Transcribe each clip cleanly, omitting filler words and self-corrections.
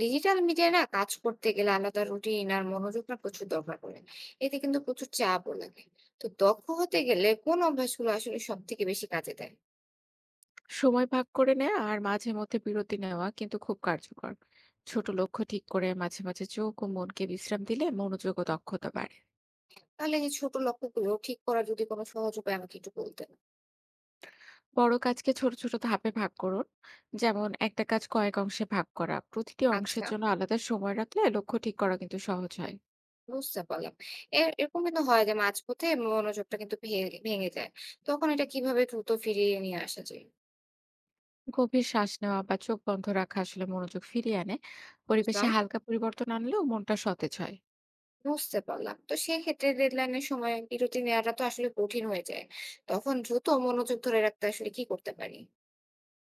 Digital media না কাজ করতে গেলে আলাদা রুটিন আর মনোযোগটা প্রচুর দরকার পড়ে। এতে কিন্তু প্রচুর চাপও লাগে। তো দক্ষ হতে গেলে কোন অভ্যাসগুলো আসলে সব থেকে বেশি কাজে দেয়? সময় ভাগ করে নেওয়া আর মাঝে মধ্যে বিরতি নেওয়া কিন্তু খুব কার্যকর। ছোট লক্ষ্য ঠিক করে মাঝে মাঝে চোখ ও মনকে বিশ্রাম দিলে মনোযোগ ও দক্ষতা বাড়ে। তাহলে এই ছোট লক্ষ্যগুলো ঠিক করার যদি কোনো সহজ উপায় আমাকে একটু বলতেন। বড় কাজকে ছোট ছোট ধাপে ভাগ করুন। যেমন একটা কাজ কয়েক অংশে ভাগ করা, প্রতিটি অংশের আচ্ছা, জন্য আলাদা সময় রাখলে লক্ষ্য ঠিক করা কিন্তু সহজ হয়। বুঝতে পারলাম। এরকম কিন্তু হয় যে মাঝপথে মনোযোগটা কিন্তু ভেঙে যায়। তখন এটা কিভাবে দ্রুত ফিরিয়ে নিয়ে আসা যায়? গভীর শ্বাস নেওয়া বা চোখ বন্ধ রাখা আসলে মনোযোগ ফিরিয়ে আনে। পরিবেশে বুঝলাম, হালকা পরিবর্তন আনলেও মনটা সতেজ হয়। বুঝতে পারলাম। তো সেক্ষেত্রে ডেডলাইনের সময় বিরতি নেওয়াটা তো আসলে কঠিন হয়ে যায়। তখন দ্রুত মনোযোগ ধরে রাখতে আসলে কি করতে পারি?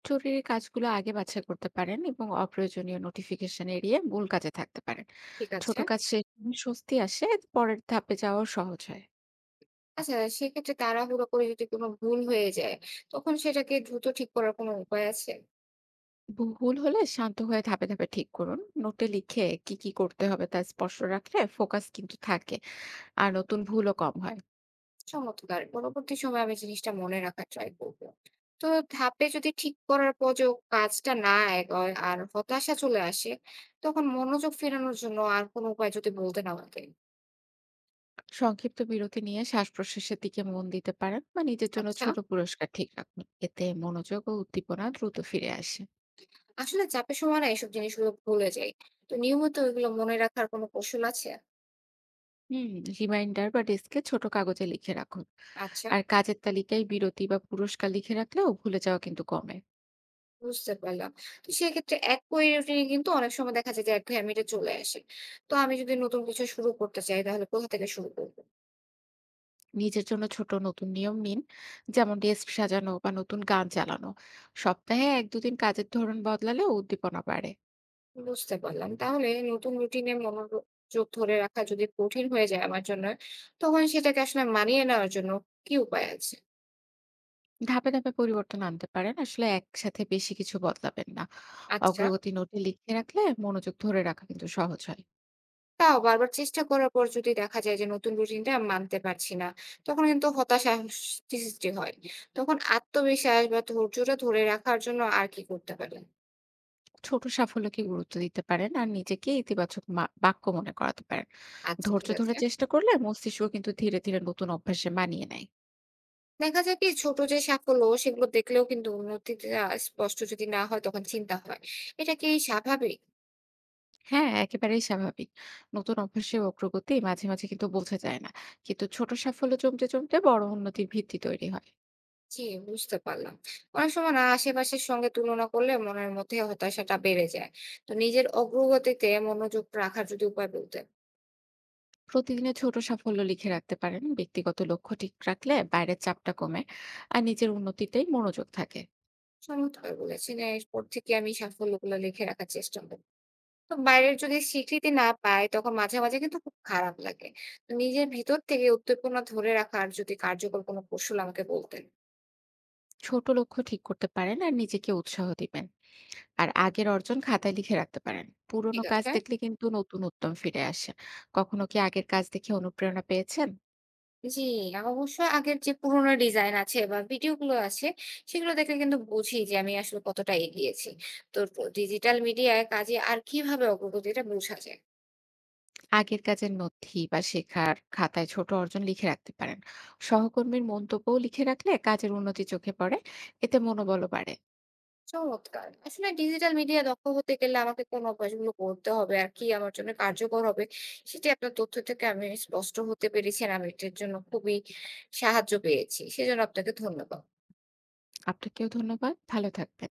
জরুরি কাজগুলো আগে বাছাই করতে পারেন এবং অপ্রয়োজনীয় নোটিফিকেশন এড়িয়ে মূল কাজে থাকতে পারেন। ঠিক ছোট আছে। কাজ শেষ হলে স্বস্তি আসে, পরের ধাপে যাওয়াও সহজ হয়। আচ্ছা, সেক্ষেত্রে তাড়াহুড়ো করে যদি কোনো ভুল হয়ে যায়, তখন সেটাকে দ্রুত ঠিক করার কোনো উপায় আছে? ভুল হলে শান্ত হয়ে ধাপে ধাপে ঠিক করুন, নোটে লিখে কি কি করতে হবে তা স্পষ্ট রাখলে ফোকাস কিন্তু থাকে, আর নতুন ভুলও কম হয়। চমৎকার! পরবর্তী সময়ে আমি জিনিসটা মনে রাখার ট্রাই করব। তো ধাপে যদি ঠিক করার পরেও কাজটা না এগোয় আর হতাশা চলে আসে, তখন মনোযোগ ফেরানোর জন্য আর কোনো উপায় যদি বলতেন আমাকে। সংক্ষিপ্ত বিরতি নিয়ে শ্বাস প্রশ্বাসের দিকে মন দিতে পারেন বা নিজের জন্য আচ্ছা, ছোট পুরস্কার ঠিক রাখুন, এতে মনোযোগ ও উদ্দীপনা দ্রুত ফিরে আসে। আসলে চাপের সময় না এসব জিনিসগুলো ভুলে যাই। তো নিয়মিত এগুলো মনে রাখার কোনো কৌশল আছে? হুম। রিমাইন্ডার বা ডেস্কে ছোট কাগজে লিখে রাখুন। আচ্ছা। আর কাজের তালিকায় বিরতি বা পুরস্কার লিখে রাখলেও ভুলে যাওয়া কিন্তু কমে। বুঝতে পারলাম। তো সেক্ষেত্রে একই রুটিনে কিন্তু অনেক সময় দেখা যায় যে একঘেয়েমিটা চলে আসে। তো আমি যদি নতুন কিছু শুরু করতে চাই তাহলে কোথা থেকে শুরু করব? নিজের জন্য ছোট নতুন নিয়ম নিন, যেমন ডেস্ক সাজানো বা নতুন গান চালানো। সপ্তাহে এক দুদিন কাজের ধরন বদলালে উদ্দীপনা বাড়ে। বুঝতে পারলাম। তাহলে নতুন রুটিনে মনোযোগ ধরে রাখা যদি কঠিন হয়ে যায় আমার জন্য, তখন সেটাকে আসলে মানিয়ে নেওয়ার জন্য কি উপায় আছে? ধাপে ধাপে পরিবর্তন আনতে পারেন, আসলে একসাথে বেশি কিছু বদলাবেন না। আচ্ছা, অগ্রগতি নোটে লিখে রাখলে মনোযোগ ধরে রাখা কিন্তু সহজ হয়। তাও বারবার চেষ্টা করার পর যদি দেখা যায় যে নতুন রুটিনটা মানতে পারছি না, তখন কিন্তু হতাশা স সৃষ্টি হয়। তখন আত্মবিশ্বাস বা ধৈর্যটা ধরে রাখার জন্য আর কি করতে পারি? ছোট সাফল্যকে গুরুত্ব দিতে পারেন আর নিজেকে ইতিবাচক বাক্য মনে করাতে পারেন। আচ্ছা, ধৈর্য ঠিক ধরে আছে। চেষ্টা করলে মস্তিষ্ক কিন্তু ধীরে ধীরে নতুন অভ্যাসে মানিয়ে নেয়। দেখা যায় কি ছোট যে সাফল্য সেগুলো দেখলেও কিন্তু উন্নতিটা স্পষ্ট যদি না হয় তখন চিন্তা হয়। এটা কি স্বাভাবিক? হ্যাঁ, একেবারেই স্বাভাবিক। নতুন অভ্যাসের অগ্রগতি মাঝে মাঝে কিন্তু বোঝা যায় না। কিন্তু ছোট সাফল্য জমতে জমতে বড় উন্নতির ভিত্তি তৈরি হয়। জি, বুঝতে পারলাম। অনেক সময় না আশেপাশের সঙ্গে তুলনা করলে মনের মধ্যে হতাশাটা বেড়ে যায়। তো নিজের অগ্রগতিতে মনোযোগ রাখার যদি উপায় বলতেন। প্রতিদিনের ছোট সাফল্য লিখে রাখতে পারেন। ব্যক্তিগত লক্ষ্য ঠিক রাখলে বাইরের চাপটা কমে আর নিজের উন্নতিতেই মনোযোগ থাকে। চমৎকার বলেছেন। এরপর থেকে আমি সাফল্যগুলো লিখে রাখার চেষ্টা করব। তো বাইরের যদি স্বীকৃতি না পাই তখন মাঝে, মাঝে কিন্তু খুব খারাপ লাগে। তো নিজের ভেতর থেকে উদ্দীপনা ধরে রাখার যদি কার্যকর কোনো কৌশল আমাকে বলতেন। ছোট লক্ষ্য ঠিক করতে পারেন আর নিজেকে উৎসাহ দিবেন। আর আগের অর্জন খাতায় লিখে রাখতে পারেন। পুরোনো ঠিক কাজ আছে। দেখলে কিন্তু নতুন উদ্যম ফিরে আসে। কখনো কি আগের কাজ দেখে অনুপ্রেরণা পেয়েছেন? জি, অবশ্য আগের যে পুরোনো ডিজাইন আছে বা ভিডিও গুলো আছে, সেগুলো দেখলে কিন্তু বুঝি যে আমি আসলে কতটা এগিয়েছি। তো ডিজিটাল মিডিয়ায় কাজে আর কিভাবে অগ্রগতিটা বোঝা যায়? আগের কাজের নথি বা শেখার খাতায় ছোট অর্জন লিখে রাখতে পারেন। সহকর্মীর মন্তব্যও লিখে রাখলে কাজের উন্নতি চোখে পড়ে, এতে মনোবলও বাড়ে। চমৎকার! আসলে ডিজিটাল মিডিয়া দক্ষ হতে গেলে আমাকে কোন অভ্যাসগুলো করতে হবে আর কি আমার জন্য কার্যকর হবে, সেটি আপনার তথ্য থেকে আমি স্পষ্ট হতে পেরেছি আর আমি এটার জন্য খুবই সাহায্য পেয়েছি। সেজন্য আপনাকে ধন্যবাদ। আপনাকেও ধন্যবাদ, ভালো থাকবেন।